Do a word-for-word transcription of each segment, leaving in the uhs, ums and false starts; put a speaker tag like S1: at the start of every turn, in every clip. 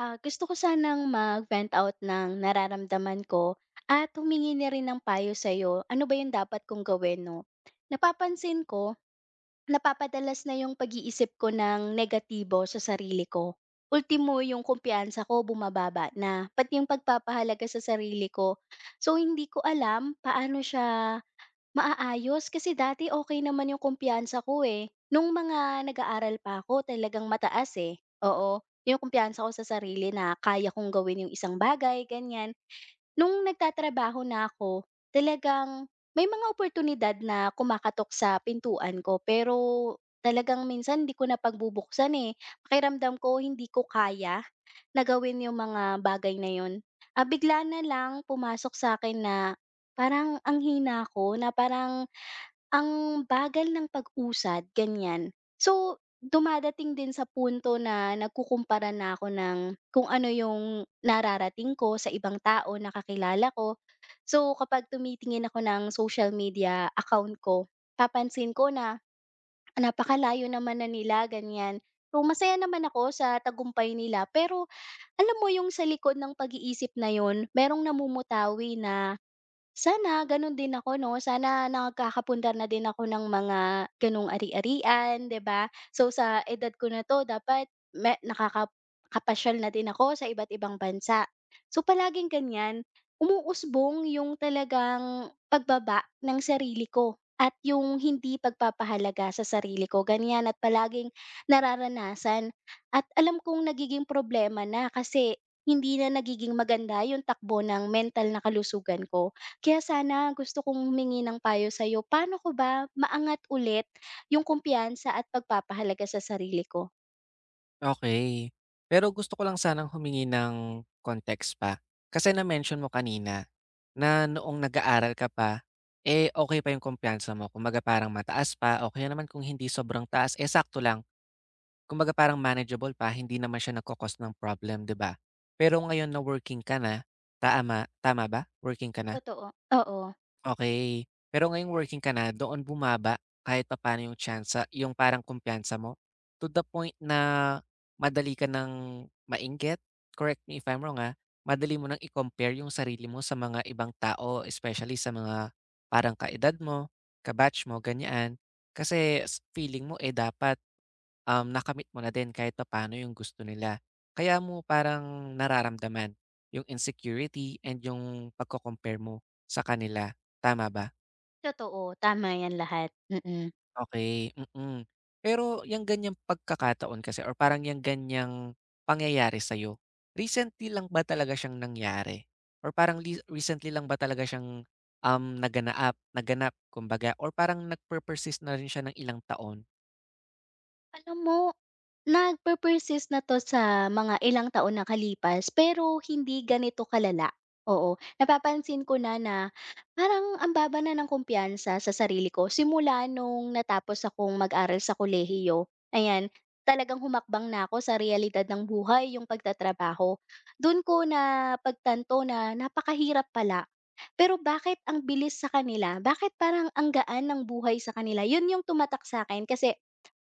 S1: Ah, gusto ko sanang mag-vent out ng nararamdaman ko at humingi na rin ng payo sa'yo. Ano ba yung dapat kong gawin, no? Napapansin ko, napapadalas na yung pag-iisip ko ng negatibo sa sarili ko. Ultimo yung kumpiyansa ko bumababa na, pati yung pagpapahalaga sa sarili ko. So, hindi ko alam paano siya maaayos kasi dati okey naman yung kumpiyansa ko, eh. Nung mga nag-aaral pa ako talagang mataas, eh, oo. Yung kumpiyansa ko sa sarili na kaya kong gawin yung isang bagay, ganyan. Nung nagtatrabaho na ako, talagang may mga oportunidad na kumakatok sa pintuan ko pero talagang minsan hindi ko na pagbubuksan, eh. Pakiramdam ko hindi ko kaya na gawin yung mga bagay na yun. Ah, bigla na lang pumasok sa akin na parang ang hina ko na parang ang bagal ng pag-usad, ganyan. So, dumadating din sa punto na nagkukumpara na ako ng kung ano yung nararating ko sa ibang tao na kakilala ko. So, kapag tumitingin ako ng social media account ko, papansin ko na, "Ah, napakalayo naman na nila, ganyan." So, masaya naman ako sa tagumpay nila pero alam mo yung sa likod ng pag-iisip na yun, merong namumutawi na sana gano'n din ako 'no, sana nakakakapunta na din ako ng mga gano'ng ari-arian, 'di ba? So, sa edad ko na 'to dapat me nakakapasyal na din ako sa iba't ibang bansa. So, palaging ganiyan, umuusbong yung talagang pagbaba ng sarili ko at yung hindi pagpapahalaga sa sarili ko, ganiyan at palaging nararanasan. At alam kong nagiging problema na kasi hindi na nagiging maganda yung takbo ng mental na kalusugan ko. Kaya sana gusto kong humingi ng payo sa'yo. Paano ko ba maangat ulit yung kumpiyansa at pagpapahalaga sa sarili ko?
S2: Okay. Pero gusto ko lang sanang humingi ng context pa. Kasi na-mention mo kanina na noong nag-aaral ka pa, eh, okay pa yung kumpiyansa mo. Kumbaga parang mataas pa o kaya naman kung hindi sobrang taas, eh, sakto lang. Kumbaga parang manageable pa, hindi naman siya nagko-cause ng problem, 'di ba? Pero ngayon na working ka na, tama tama ba? Working ka na?
S1: Totoo. Oo.
S2: Okay. Pero ngayong working ka na, doon bumaba kahit papaano yung chance, yung parang kumpiyansa mo? To the point na madali ka ng mainggit? Correct me if I'm wrong, ah. Madali mo ng i-compare yung sarili mo sa mga ibang tao, especially sa mga parang kaedad mo, ka mo, ganyan. Kasi s feeling mo, eh, dapat, um, nakamit mo na din kahit paano yung gusto nila. Kaya mo parang nararamdaman yung insecurity and yung pagko-compare mo sa kanila. Tama ba?
S1: Totoo, tama yan lahat. Mm.
S2: Okay. Mm. Pero yung ganyang pagkakataon kasi or parang yang ganyang pangyayari sa'yo, recently lang ba talaga siyang nangyari? Or parang li recently lang ba talaga siyang, um, naganaap naganap kumbaga or parang nagpe na rin siya ng ilang taon?
S1: Alam mo, nagpe-persist na 'to sa mga ilang taon nakalipas, pero hindi ganito kalala, oo. Napapansin ko na na parang ang baba na ng kumpiyansa sa sarili ko simula nung natapos akong mag-aral sa kolehiyo, ayan. Talagang humakbang na ako sa realidad ng buhay, yung pagtatrabaho. Dun ko na pagtanto na napakahirap pala, pero bakit ang bilis sa kanila? Bakit parang ang gaan ng buhay sa kanila? Yun yung tumatak sa'kin kasi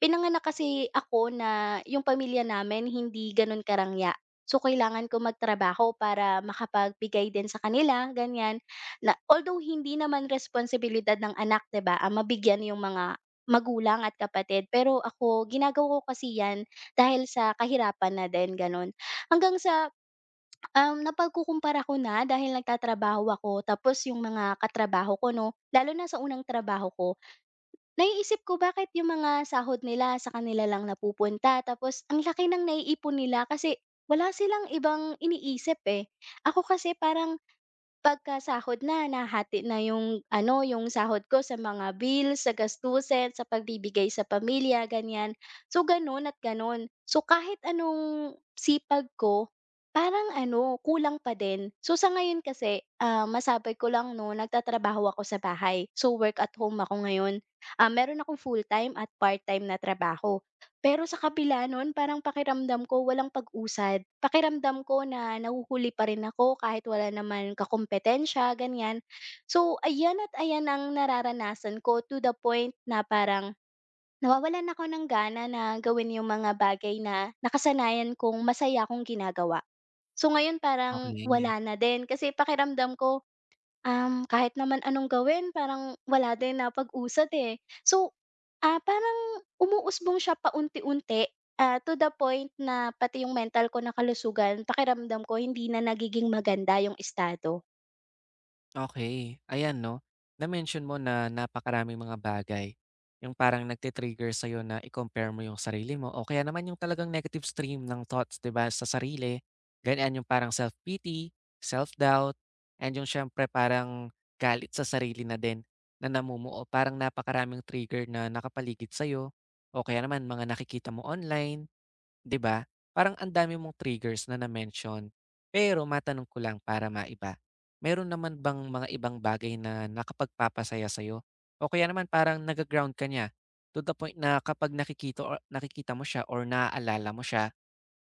S1: pinanganak kasi ako na yung pamilya namin hindi gano'n karangya. So, kailangan ko magtrabaho para makapagbigay din sa kanila, ganyan. Na although hindi naman responsibilidad ng anak, 'di ba, ang mabigyan yung mga magulang at kapatid. Pero ako ginagawa ko kasi 'yan dahil sa kahirapan na din, gano'n. Hanggang sa Um, napagkukumpara ko na dahil nagtatrabaho ako tapos yung mga katrabaho ko 'no, lalo na sa unang trabaho ko, naiisip ko bakit yung mga sahod nila sa kanila lang napupunta tapos ang laki ng naiipon nila kasi wala silang ibang iniisip, eh. Ako kasi parang pagkasahod na, nahati na yung ano, yung sahod ko sa mga bills, sa gastusin, sa pagbibigay sa pamilya, ganyan. So, gano'n at gano'n. So, kahit anong sipag ko, parang ano, kulang pa din. So, sa ngayon kasi, ah, masabi ko lang 'no, nagtatrabaho ako sa bahay. So, work at home ako ngayon. Ah, meron akong full-time at part-time na trabaho. Pero sa kabila nun parang pakiramdam ko walang pag-usad. Pakiramdam ko na nahuhuli pa rin ako kahit wala naman kakumpetensya, ganyan. So, ayan at ayan ang nararanasan ko to the point na parang nawawalan ako ng gana na gawin yung mga bagay na nakasanayan kong masaya akong ginagawa. So, ngayon parang
S2: Okay.
S1: wala na din kasi pakiramdam ko, Um, kahit naman anong gawin parang wala din pag usad eh. So, ah, parang umuusbong siya paunti-unti, ah, to the point na pati yung mental ko na kalusugan pakiramdam ko hindi na nagiging maganda yung estado.
S2: Okay, ayan 'no, na-mention mo na napakaraming mga bagay, yung parang nagti-trigger sa'yo na i-compare mo yung sarili mo o kaya naman yung talagang negative stream ng thoughts, 'di ba, sa sarili. Ganyan yung parang self-pity, self-doubt, and yung siyempre parang galit sa sarili na din na namumuo. Parang napakaraming trigger na nakapaligid sa'yo o kaya naman mga nakikita mo online. 'Di ba? Parang ang dami mong triggers na na-mention. Pero matanong ko lang para maiba, meron naman bang mga ibang bagay na nakapagpapasaya sa'yo? O kaya naman parang naga-ground ka niya to the point na kapag nakikita or nakikita mo siya or naaalala mo siya,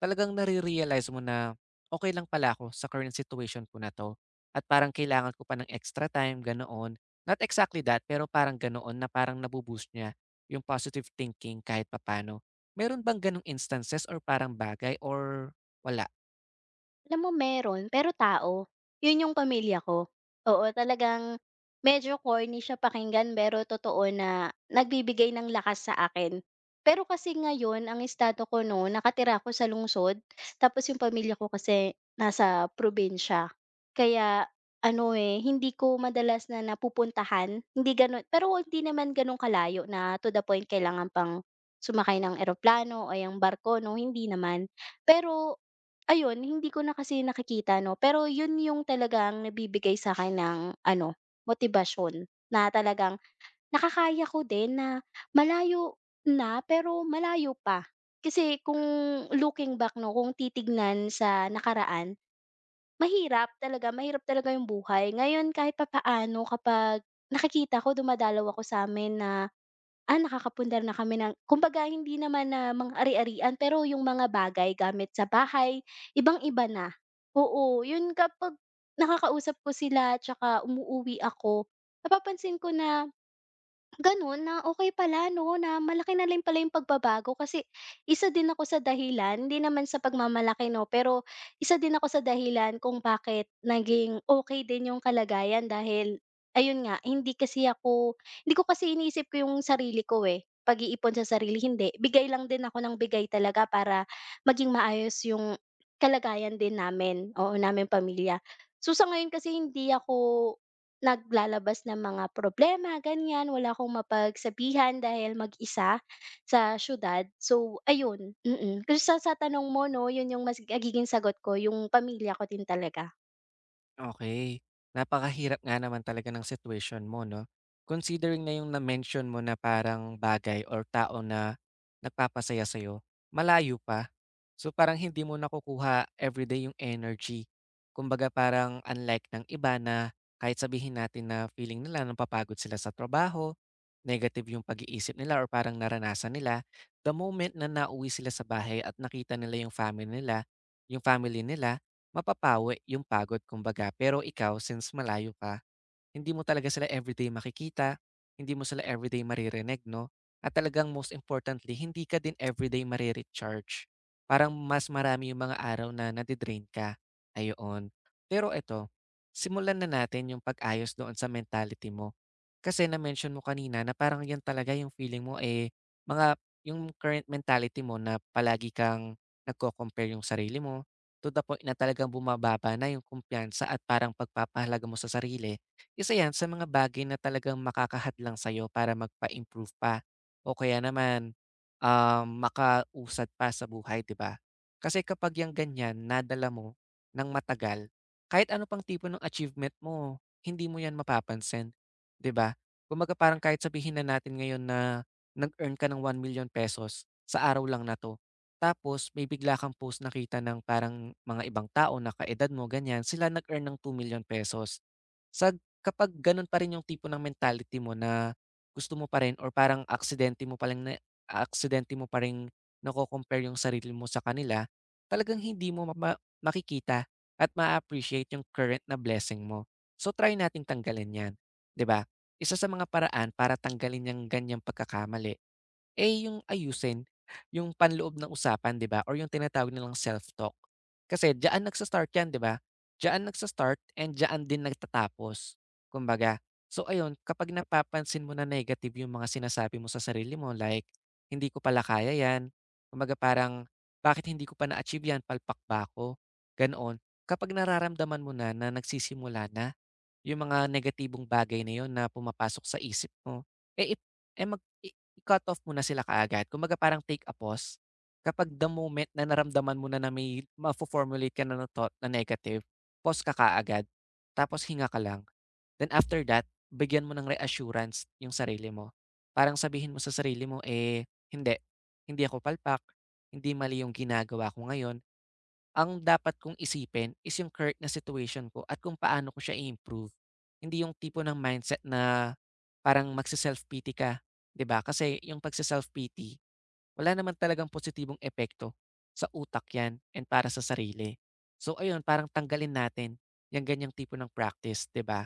S2: talagang nare-realize mo na, "Okay lang pala ako sa current situation ko na 'to at parang kailangan ko pa ng extra time," ganoon. Not exactly that, pero parang ganoon na parang nabo niya yung positive thinking kahit papaano. Meron bang gano'ng instances or parang bagay or wala?
S1: Alam mo, meron, pero tao. 'Yun yung pamilya ko. Oo, talagang medyo corny siya pakinggan pero totoo na nagbibigay ng lakas sa akin. Pero kasi ngayon ang estado ko no'n nakatira ako sa lungsod, tapos yung pamilya ko kasi nasa probinsya. Kaya ano, eh, hindi ko madalas na napupuntahan, hindi gano'n pero hindi naman gano'n kalayo na to the point kailangan pang sumakay ng eroplano o yung barko 'no, hindi naman. Pero ayun, hindi ko na kasi nakikita 'no, pero yun yung talagang nabibigay sa akin ng ano, motibasyon na talagang nakakaya ko din na malayo na, pero malayo pa. Kasi kung looking back 'no, kung titignan sa nakaraan, mahirap talaga, mahirap talaga yung buhay. Ngayon kahit papaano kapag nakikita ko dumadalaw ako sa amin na, ah, nakakapundar na kami ng kumbaga hindi naman na mga ari-arian pero yung mga bagay gamit sa bahay, ibang-iba na. Oo, yun kapag nakakausap ko sila 'tsaka umuuwi ako, napapansin ko na gano'n na okay pala 'no, na malaki na rin pala yung pagbabago kasi isa din ako sa dahilan, hindi naman sa pagmamalaki 'no, pero isa din ako sa dahilan kung bakit naging okay din yung kalagayan dahil ayun nga, hindi kasi ako hindi ko kasi iniisip ko yung sarili ko, eh, pag-iipon sa sarili, hindi. Bigay lang din ako ng bigay talaga para maging maayos yung kalagayan din namin, oo, namin pamilya. So, sa ngayon kasi hindi ako naglalabas ng mga problema ganyan, wala akong mapagsabihan dahil mag-isa sa siyudad. So ayun, mm. Kasi sa sa tanong mo 'no, 'yun 'yung mas magiging sagot ko 'yung pamilya ko din talaga.
S2: Okay, napakahirap nga naman talaga ng situation mo 'no. Considering na yung na-mention mo na parang bagay or tao na nagpapasaya sa'yo, malayo pa. So, parang hindi mo nakukuha everyday yung energy. Kumbaga parang unlike ng iba na kahit sabihin natin na feeling nila napapagod sila sa trabaho, negative yung pag-iisip nila or parang naranasan nila, the moment na nauwi sila sa bahay at nakita nila yung family nila yung family nila, mapapawi yung pagod, kumbaga. Pero ikaw, since malayo ka, hindi mo talaga sila everyday makikita, hindi mo sila everyday maririnig 'no, at talagang most importantly hindi ka din everyday mare parang mas marami yung mga araw na nade-drain ka, ayoon. Pero eto, simulan na natin yung pag-ayos doon sa mentality mo. Kasi na-mention mo kanina na parang 'yan talaga yung feeling mo, eh, mga yung current mentality mo na palagi kang nagko-compare yung sarili mo to the point na talagang bumababa na yung kumpiyansa at parang pagpapahalaga mo sa sarili. Isa 'yan sa mga bagay na talagang makakahadlang sa'yo para magpa-improve pa o kaya naman, um, makausad pa sa buhay, 'di ba? Kasi kapag yung ganyan nadala mo ng matagal, kahit ano pang tipo ng achievement mo, hindi mo 'yan mapapansin, 'di ba? Kumbaga parang kahit sabihin na natin ngayon na nag-earn ka ng one million pesos sa araw lang na 'to. Tapos may bigla kang post nakita ng parang mga ibang tao na kaedad mo ganyan, sila nag-earn ng two million pesos. Sa kapag gano'n pa rin yung tipo ng mentality mo na gusto mo pa rin or parang aksidente mo pa lang na aksidente mo pa ring nako-compare yung sarili mo sa kanila, talagang hindi mo mama makikita at ma appreciate yung current na blessing mo. So, try nating tanggalin 'yan, 'di ba? Isa sa mga paraan para tanggalin yang ganyang pagkakamali, eh, yung ayusin yung panloob ng usapan, 'di ba, or yung tinatawag nilang self-talk. Kasi diyaan nagsa-start yan, 'di ba? Diyaan nagsa-start and diyaan din nagtatapos, kumbaga. So ayun, kapag napapansin mo na negative yung mga sinasabi mo sa sarili mo like, "Hindi ko pala kaya yan." Kumbaga parang, "Bakit hindi ko pa na-achieve yan, palpak ba ako?" Ganoon. Kapag nararamdaman mo na na nagsisimula na yung mga negatibong bagay na yun na pumapasok sa isip mo, eh, ip eh, mag i i-cut off mo na sila kaagad. Kumbaga parang take a pause. Kapag the moment na naramdaman mo na na may mafo-formulate ka na na thought na negative, pause ka kaagad, tapos hinga ka lang. Then after that, bigyan mo ng reassurance yung sarili mo. Parang sabihin mo sa sarili mo, eh, "Hindi, hindi ako palpak, hindi mali yung ginagawa ko ngayon, ang dapat kong isipin is yung current na situation ko at kung paano ko siya i-improve. Hindi yung tipo ng mindset na parang magse-self-pity ka, 'di ba? Kasi yung pagse-self-pity, wala naman talagang positibong epekto sa utak 'yan and para sa sarili. So ayun, parang tanggalin natin yung ganyang tipo ng practice, 'di ba?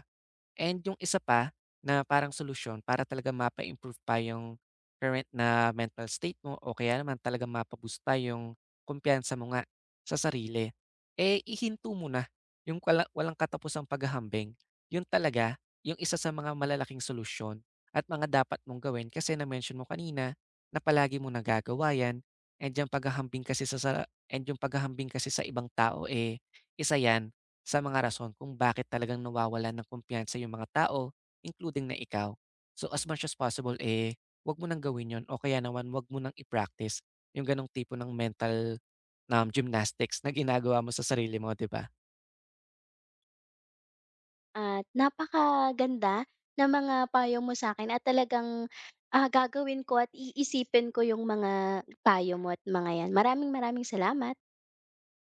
S2: And yung isa pa na parang solusyon para talaga mapa-improve pa yung current na mental state mo o kaya naman talagang mapa pa yung kumpiyansa mo nga sa sarili, eh ihinto mo na yung wala, walang katapusang paghahambing. Yun talaga yung isa sa mga malalaking solusyon at mga dapat mong gawin kasi na-mention mo kanina na palagi mo nagagawa yan and yung paghahambing kasi sa, sa and yung paghahambing kasi sa ibang tao, eh, isa yan sa mga rason kung bakit talagang nawawalan ng kumpiyansa yung mga tao, including na ikaw. So as much as possible, eh, wag mo nang gawin yon o kaya naman wag mo nang i-practice yung ganong tipo ng mental, um, gymnastics na ginagawa mo sa sarili mo, di ba?
S1: At napakaganda na mga payo mo sa akin at talagang, ah, gagawin ko at iisipin ko 'yung mga payo mo at mga 'yan. Maraming maraming salamat.